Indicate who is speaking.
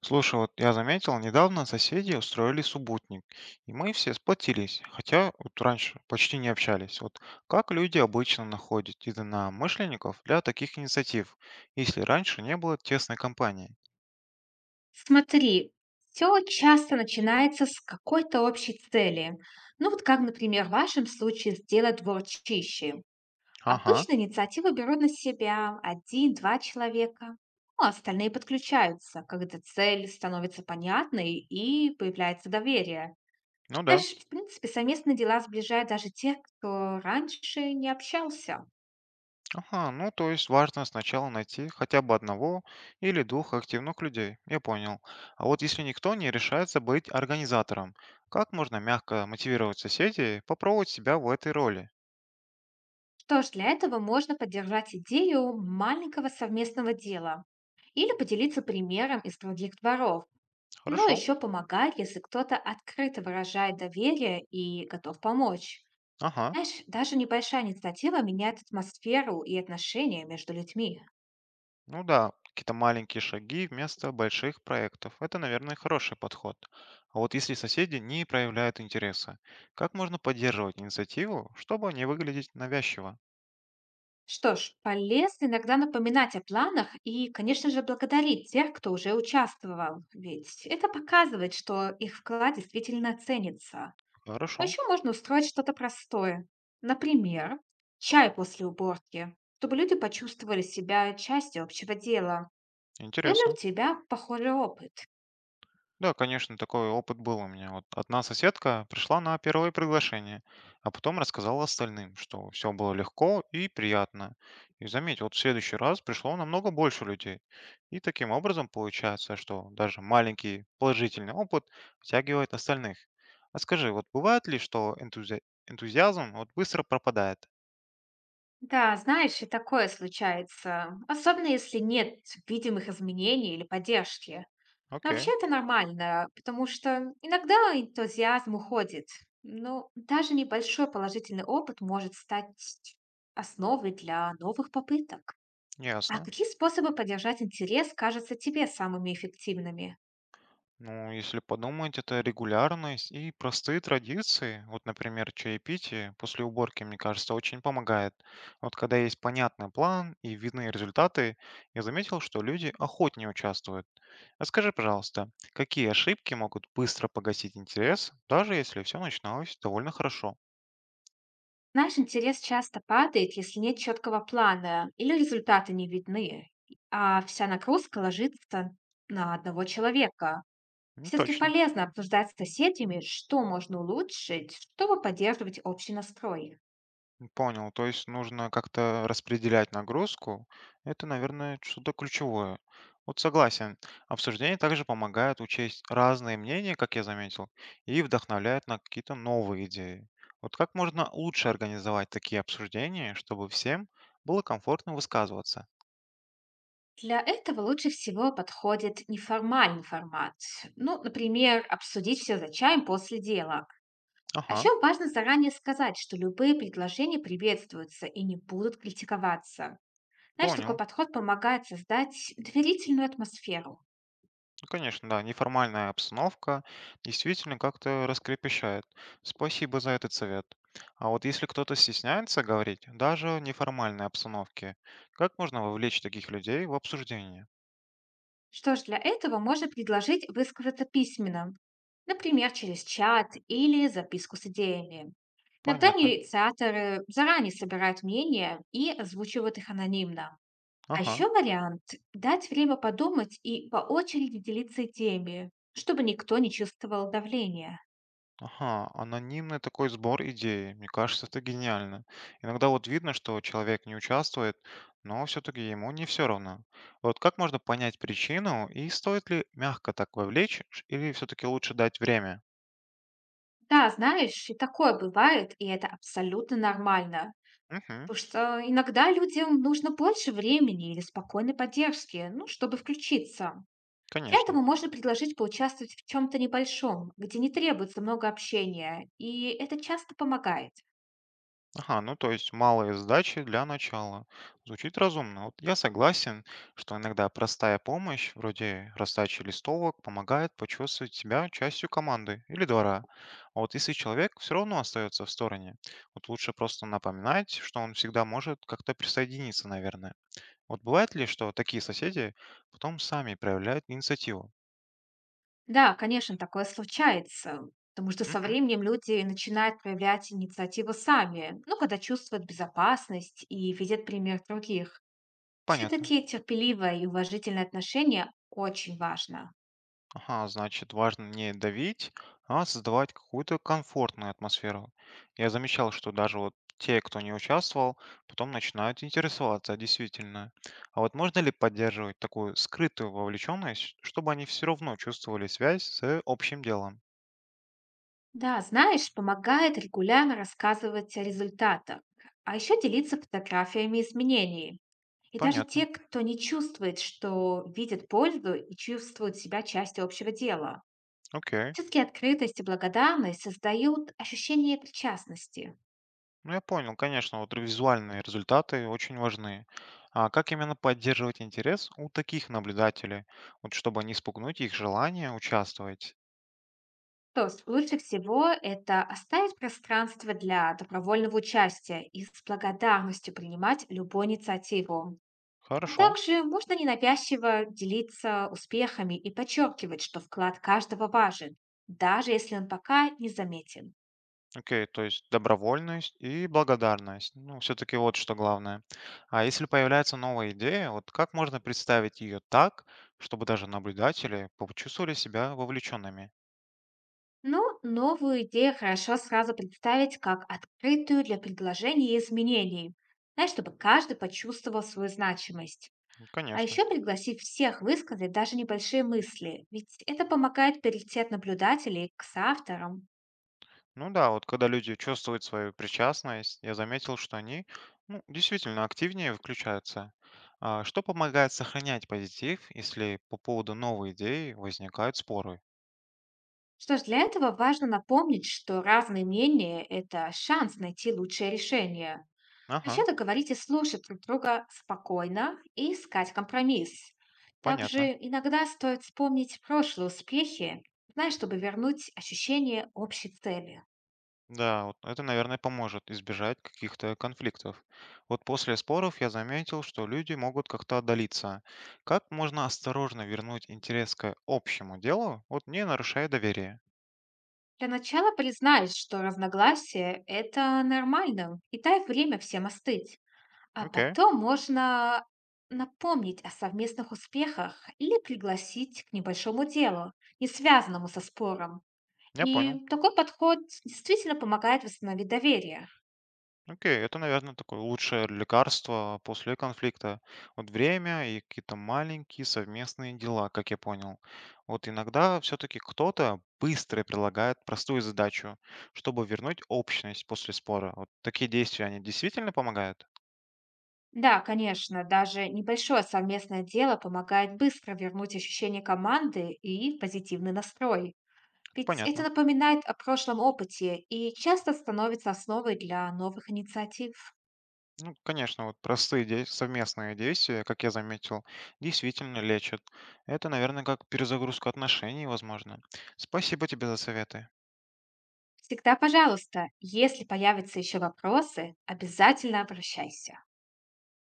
Speaker 1: Слушай, вот я заметил, недавно соседи устроили субботник, и мы все сплотились, хотя вот раньше почти не общались. Вот как люди обычно находят единомышленников для таких инициатив, если раньше не было тесной компании?
Speaker 2: Смотри, все часто начинается с какой-то общей цели. Ну вот как, например, в вашем случае сделать двор чище.
Speaker 1: Ага,
Speaker 2: Обычно инициативу берут на себя один-два человека, ну, а остальные подключаются, когда цель становится понятной и появляется доверие.
Speaker 1: ну да.
Speaker 2: Знаешь, в принципе, совместные дела сближают даже тех, кто раньше не общался.
Speaker 1: Ага, ну то есть важно сначала найти хотя бы одного или двух активных людей, я понял. А вот если никто не решается быть организатором, как можно мягко мотивировать соседей попробовать себя в этой роли?
Speaker 2: Что ж, для этого можно поддержать идею маленького совместного дела или поделиться примером из других дворов. Но
Speaker 1: Хорошо.
Speaker 2: еще помогает, если кто-то открыто выражает доверие и готов помочь.
Speaker 1: Ага.
Speaker 2: Знаешь, даже небольшая инициатива меняет атмосферу и отношения между людьми.
Speaker 1: Ну да, какие-то маленькие шаги вместо больших проектов. Это, наверное, хороший подход. А вот если соседи не проявляют интереса, как можно поддерживать инициативу, чтобы не выглядеть навязчиво?
Speaker 2: Что ж, полезно иногда напоминать о планах и, конечно же, благодарить тех, кто уже участвовал, ведь это показывает, что их вклад действительно ценится. А
Speaker 1: Хорошо,
Speaker 2: еще можно устроить что-то простое. Например, чай после уборки, чтобы люди почувствовали себя частью общего дела. Был ли у
Speaker 1: интересно.
Speaker 2: тебя похожий опыт?
Speaker 1: Да, конечно, такой опыт был у меня. Вот одна соседка пришла на первое приглашение, а потом рассказала остальным, что все было легко и приятно. И заметь, вот в следующий раз пришло намного больше людей. И таким образом получается, что даже маленький положительный опыт втягивает остальных. А скажи, вот бывает ли, что энтузиазм вот быстро пропадает?
Speaker 2: Да, знаешь, и такое случается, особенно если нет видимых изменений или поддержки. Но вообще
Speaker 1: Окей,
Speaker 2: это нормально, потому что иногда энтузиазм уходит. Но даже небольшой положительный опыт может стать основой для новых попыток. А
Speaker 1: ясно.
Speaker 2: какие способы поддержать интерес кажутся тебе самыми эффективными?
Speaker 1: Ну, если подумать, это регулярность и простые традиции. Вот, например, чаепитие после уборки, мне кажется, очень помогает. Вот когда есть понятный план и видны результаты, я заметил, что люди охотнее участвуют. А скажи, пожалуйста, какие ошибки могут быстро погасить интерес, даже если все начиналось довольно хорошо?
Speaker 2: Знаешь, интерес часто падает, если нет четкого плана или результаты не видны, а вся нагрузка ложится на одного человека.
Speaker 1: Не
Speaker 2: Все-таки
Speaker 1: точно.
Speaker 2: полезно обсуждать с соседями, что можно улучшить, чтобы поддерживать общий настрой.
Speaker 1: Понял, то есть нужно как-то распределять нагрузку. Это, наверное, что-то ключевое. Вот согласен. Обсуждение также помогает учесть разные мнения, как я заметил, и вдохновляет на какие-то новые идеи. Вот как можно лучше организовать такие обсуждения, чтобы всем было комфортно высказываться?
Speaker 2: Для этого лучше всего подходит неформальный формат. Ну, например, обсудить все за чаем после дела. А
Speaker 1: Ага,
Speaker 2: еще важно заранее сказать, что любые предложения приветствуются и не будут критиковаться. Знаешь, такой
Speaker 1: понял.
Speaker 2: подход помогает создать доверительную атмосферу.
Speaker 1: Ну, конечно, да, неформальная обстановка действительно как-то раскрепощает. Спасибо за этот совет. А вот если кто-то стесняется говорить, даже в неформальной обстановке, как можно вовлечь таких людей в обсуждение?
Speaker 2: Что ж, для этого можно предложить высказаться письменно, например, через чат или записку с идеями. Иногда
Speaker 1: Понятно.
Speaker 2: инициаторы заранее собирают мнения и озвучивают их анонимно. А
Speaker 1: Ага,
Speaker 2: еще вариант– дать время подумать и по очереди делиться идеями, чтобы никто не чувствовал давления.
Speaker 1: ага, анонимный такой сбор идей. Мне кажется, это гениально. Иногда вот видно, что человек не участвует, но все-таки ему не все равно. Вот как можно понять причину и стоит ли мягко так вовлечь или все-таки лучше дать время?
Speaker 2: Да, знаешь, и такое бывает, и это абсолютно нормально.
Speaker 1: Угу,
Speaker 2: Потому что иногда людям нужно больше времени или спокойной поддержки, ну, чтобы включиться. Для
Speaker 1: конечно.
Speaker 2: этого можно предложить поучаствовать в чем-то небольшом, где не требуется много общения, и это часто помогает.
Speaker 1: Ага, ну то есть малые сдачи для начала. Звучит разумно. Вот я согласен, что иногда простая помощь, вроде раздачи листовок, помогает почувствовать себя частью команды или двора. А вот если человек все равно остается в стороне, вот лучше просто напоминать, что он всегда может как-то присоединиться, наверное. Вот бывает ли, что такие соседи потом сами проявляют инициативу?
Speaker 2: Да, конечно, такое случается, потому что со
Speaker 1: Мгм,
Speaker 2: временем люди начинают проявлять инициативу сами, ну, когда чувствуют безопасность и видят пример других.
Speaker 1: понятно.
Speaker 2: Все-таки терпеливое и уважительное отношение очень важно.
Speaker 1: Ага, значит, важно не давить, а создавать какую-то комфортную атмосферу. Я замечал, что даже вот те, кто не участвовал, потом начинают интересоваться действительно. А вот можно ли поддерживать такую скрытую вовлеченность, чтобы они все равно чувствовали связь с общим делом?
Speaker 2: Да, знаешь, помогает регулярно рассказывать о результатах, а еще делиться фотографиями изменений. И даже
Speaker 1: Понятно.
Speaker 2: те, кто не чувствует, что видит пользу и чувствует себя частью общего дела.
Speaker 1: Окей.
Speaker 2: Все-таки открытость и благодарность создают ощущение причастности.
Speaker 1: Ну, я понял, конечно, вот визуальные результаты очень важны. А как именно поддерживать интерес у таких наблюдателей, вот чтобы не спугнуть их желание участвовать?
Speaker 2: То есть лучше всего это оставить пространство для добровольного участия и с благодарностью принимать любую инициативу. А
Speaker 1: Хорошо.
Speaker 2: также можно ненавязчиво делиться успехами и подчеркивать, что вклад каждого важен, даже если он пока не заметен.
Speaker 1: Окей, то есть добровольность и благодарность. Ну, все-таки вот что главное. А если появляется новая идея, вот как можно представить ее так, чтобы даже наблюдатели почувствовали себя вовлеченными?
Speaker 2: Но новую идею хорошо сразу представить как открытую для предложений и изменений, знаешь, чтобы каждый почувствовал свою значимость.
Speaker 1: Ну,
Speaker 2: А
Speaker 1: конечно.
Speaker 2: еще пригласить всех высказать даже небольшие мысли, ведь это помогает перейти от наблюдателей к соавторам.
Speaker 1: Ну да, вот когда люди чувствуют свою причастность, я заметил, что они ну, действительно активнее включаются. А что помогает сохранять позитив, если по поводу новой идеи возникают споры?
Speaker 2: Что ж, для этого важно напомнить, что разные мнения– это шанс найти лучшее решение. А еще
Speaker 1: Ага,
Speaker 2: договорить и слушать друг друга спокойно и искать компромисс.
Speaker 1: понятно.
Speaker 2: Также иногда стоит вспомнить прошлые успехи, знаешь, чтобы вернуть ощущение общей цели.
Speaker 1: Да, вот это, наверное, поможет избежать каких-то конфликтов. Вот после споров я заметил, что люди могут как-то отдалиться. Как можно осторожно вернуть интерес к общему делу, вот не нарушая доверие?
Speaker 2: Для начала признать, что разногласие– это нормально, и дай время всем остыть. А
Speaker 1: Окей,
Speaker 2: потом можно напомнить о совместных успехах или пригласить к небольшому делу, не связанному со спором.
Speaker 1: я понял.
Speaker 2: И такой подход действительно помогает восстановить доверие.
Speaker 1: Окей, это, наверное, такое лучшее лекарство после конфликта. Вот время и какие-то маленькие совместные дела, как я понял. Вот иногда все-таки кто-то быстро предлагает простую задачу, чтобы вернуть общность после спора. Вот такие действия, они действительно помогают?
Speaker 2: Да, конечно, даже небольшое совместное дело помогает быстро вернуть ощущение команды и позитивный настрой. Ведь это
Speaker 1: Понятно.
Speaker 2: напоминает о прошлом опыте и часто становится основой для новых инициатив.
Speaker 1: Ну, конечно, вот простые совместные действия, как я заметил, действительно лечат. Это, наверное, как перезагрузка отношений, возможно. Спасибо тебе за советы.
Speaker 2: Всегда, пожалуйста, если появятся еще вопросы, обязательно обращайся.